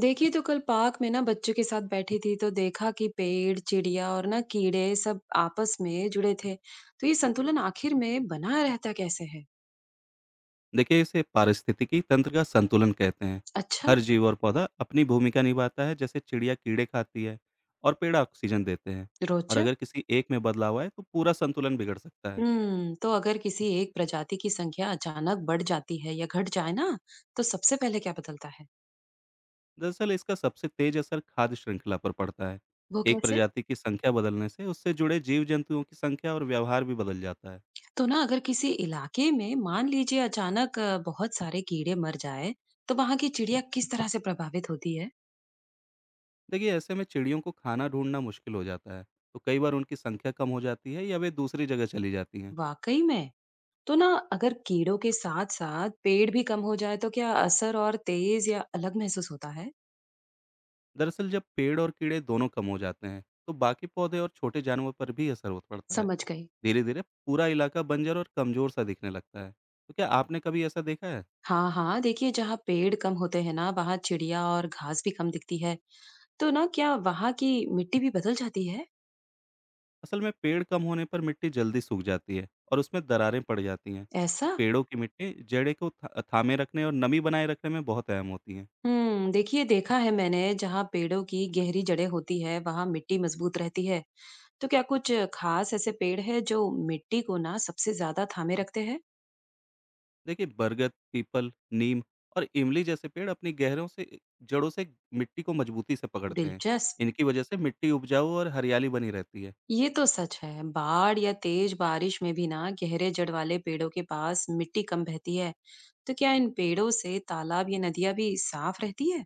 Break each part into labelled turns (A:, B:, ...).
A: देखिए, तो कल पार्क में ना बच्चों के साथ बैठी थी तो देखा कि पेड़, चिड़िया और ना कीड़े सब आपस में जुड़े थे। तो ये संतुलन आखिर में बना रहता कैसे है।
B: देखिए, इसे पारिस्थितिकी तंत्र का संतुलन कहते हैं।
A: अच्छा।
B: हर जीव और पौधा अपनी भूमिका निभाता है, जैसे चिड़िया कीड़े खाती है और पेड़ ऑक्सीजन देते हैं। और
A: रोचक।
B: अगर किसी एक में बदलाव आए तो पूरा संतुलन बिगड़ सकता है।
A: हम्म, तो अगर किसी एक प्रजाति की संख्या अचानक बढ़ जाती है या घट जाए ना, तो सबसे पहले क्या बदलता है।
B: दरअसल, इसका सबसे तेज असर खाद्य श्रृंखला पर पड़ता है।
A: वो
B: एक
A: कैसे।
B: प्रजाति की संख्या बदलने से उससे जुड़े जीव जंतुओं की संख्या और व्यवहार भी बदल जाता है।
A: तो ना, अगर किसी इलाके में मान लीजिए अचानक बहुत सारे कीड़े मर जाए तो वहां की चिड़िया किस तरह से प्रभावित होती है।
B: देखिए, ऐसे में चिड़ियों को खाना ढूंढना मुश्किल हो जाता है, तो कई बार उनकी संख्या कम हो जाती है या वे दूसरी जगह चली जाती हैं।
A: वाकई में। तो ना, अगर कीड़ों के साथ साथ पेड़ भी कम हो जाए तो क्या असर और तेज या अलग महसूस होता है।
B: दरअसल, जब पेड़ और कीड़े दोनों कम हो जाते हैं तो बाकी पौधे और छोटे जानवर पर भी असर हो पड़ता है।
A: समझ गई।
B: धीरे धीरे पूरा इलाका बंजर और कमजोर सा दिखने लगता है। तो क्या आपने कभी ऐसा देखा है?
A: हाँ हाँ, देखिए जहाँ पेड़ कम होते हैं ना वहाँ चिड़िया और घास भी कम दिखती है। तो ना, क्या वहाँ की मिट्टी भी बदल जाती है।
B: असल में, पेड़ कम होने पर मिट्टी जल्दी सूख जाती है और उसमें दरारें पड़ जाती हैं। तो
A: ऐसा।
B: पेड़ों की मिट्टी जड़े को थामे रखने और नमी बनाए रखने में बहुत अहम होती हैं।
A: हम्म, देखिए देखा है मैंने, जहाँ पेड़ों की गहरी जड़ें होती है वहाँ मिट्टी मजबूत रहती है। तो क्या कुछ खास ऐसे पेड़ है जो मिट्टी को ना सबसे ज्यादा थामे रखते हैं।
B: देखिए, बरगद, पीपल, नीम और इमली जैसे पेड़ अपनी गहरों से जड़ों से मिट्टी को मजबूती से पकड़ते हैं।
A: दिलचस्प।
B: इनकी वजह से मिट्टी उपजाऊ और हरियाली बनी रहती है।
A: ये तो सच है। बाढ़ या तेज बारिश में भी ना गहरे जड़ वाले पेड़ों के पास मिट्टी कम बहती है। तो क्या इन पेड़ों से तालाब या नदियां भी साफ रहती है?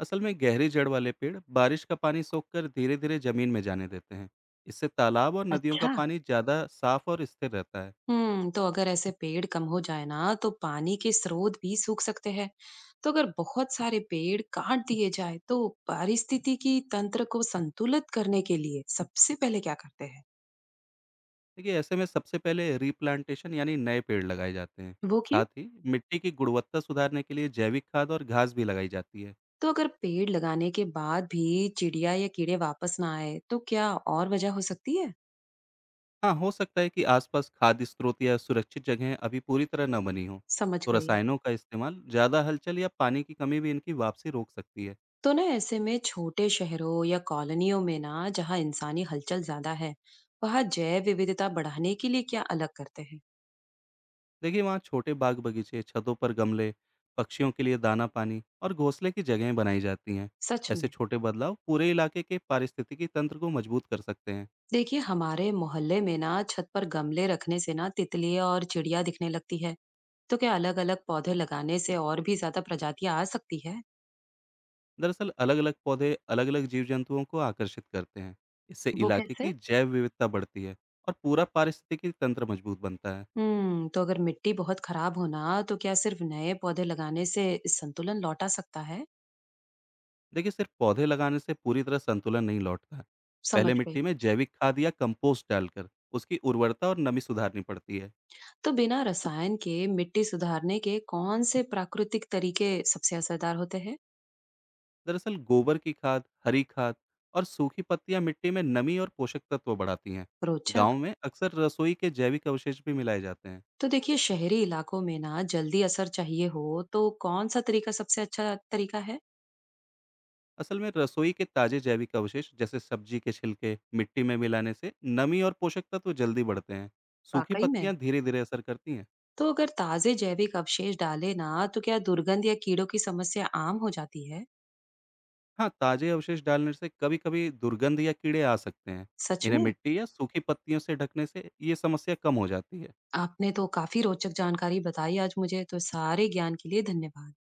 B: असल में, गहरी जड़ वाले पेड़ बारिश का पानी सोखकर धीरे धीरे जमीन में जाने देते हैं। इससे तालाब और नदियों का
A: अच्छा।
B: पानी ज़्यादा साफ और स्थिर रहता है।
A: हम्म, तो अगर ऐसे पेड़ कम हो जाए ना तो पानी के स्रोत भी सूख सकते हैं। तो अगर बहुत सारे पेड़ काट दिए जाए तो पारिस्थितिकी तंत्र को संतुलित करने के लिए सबसे पहले क्या करते हैं?
B: देखिए, ऐसे में सबसे पहले रीप्लांटेशन यानी नए पेड़ लगाए जाते हैं।
A: वो क्यों।
B: साथ ही मिट्टी की गुणवत्ता सुधारने के लिए जैविक खाद और घास भी लगाई जाती है।
A: तो अगर पेड़ लगाने के बाद भी चिड़िया या कीड़े वापस ना आए तो क्या और वजह हो सकती है?
B: हाँ, हो सकता है कि आसपास खाद स्रोत या सुरक्षित जगहें अभी पूरी तरह न बनी हों।
A: समझ
B: तो
A: गई।
B: रसायनों का इस्तेमाल, ज़्यादा हलचल या पानी की कमी भी इनकी वापसी रोक सकती है।
A: तो ना, ऐसे में छोटे शहरों या कॉलोनियों में ना जहाँ इंसानी हलचल ज्यादा है वहाँ जैव विविधता बढ़ाने के लिए क्या अलग करते हैं।
B: देखिए, वहाँ छोटे बाग बगीचे, छतों पर गमले, पक्षियों के लिए दाना पानी और घोंसले की जगहें बनाई जाती हैं।
A: सच
B: ऐसे
A: में।
B: छोटे बदलाव पूरे इलाके के पारिस्थितिकी तंत्र को मजबूत कर सकते हैं।
A: देखिए हमारे मोहल्ले में ना छत पर गमले रखने से ना तितलियां और चिड़िया दिखने लगती है। तो क्या अलग अलग पौधे लगाने से और भी ज्यादा प्रजातियां आ सकती है।
B: दरअसल, अलग अलग पौधे अलग अलग जीव जंतुओं को आकर्षित करते हैं। इससे
A: वो
B: इलाके की
A: कैसे।
B: जैव विविधता बढ़ती है और पूरा पारिस्थितिकी तंत्र मजबूत बनता है।
A: हम्म, तो अगर मिट्टी बहुत खराब हो ना तो क्या सिर्फ नए पौधे लगाने से संतुलन लौटा सकता है।
B: देखिए, सिर्फ पौधे लगाने से पूरी तरह संतुलन नहीं लौटता।
A: समझ
B: पहले
A: गई।
B: मिट्टी में जैविक खाद या कंपोस्ट डालकर उसकी उर्वरता और नमी सुधारनी पड़ती है।
A: तो बिना रसायन के मिट्टी सुधारने के कौन से प्राकृतिक तरीके सबसे असरदार होते हैं।
B: दरअसल, गोबर की खाद, हरी खाद और सूखी पत्तियां मिट्टी में नमी और पोषक तत्व बढ़ाती हैं।
A: रोचक।
B: गांव में अक्सर रसोई के जैविक अवशेष भी मिलाए जाते हैं।
A: तो देखिए शहरी इलाकों में ना जल्दी असर चाहिए हो तो कौन सा तरीका सबसे अच्छा तरीका है।
B: असल में, रसोई के ताजे जैविक अवशेष जैसे सब्जी के छिलके मिट्टी में मिलाने से नमी और पोषक तत्व जल्दी बढ़ते हैं। सूखी
A: वाकई में।
B: पत्तियां धीरे धीरे असर करती हैं।
A: तो अगर ताजे जैविक अवशेष डाले ना तो क्या दुर्गंध या कीड़ों की समस्या आम हो जाती है।
B: हाँ, ताजे अवशेष डालने से कभी कभी दुर्गंध या कीड़े आ सकते हैं।
A: सच
B: इन्हें
A: में।
B: मिट्टी या सूखी पत्तियों से ढकने से ये समस्या कम हो जाती है।
A: आपने तो काफी रोचक जानकारी बताई आज, मुझे तो सारे ज्ञान के लिए धन्यवाद।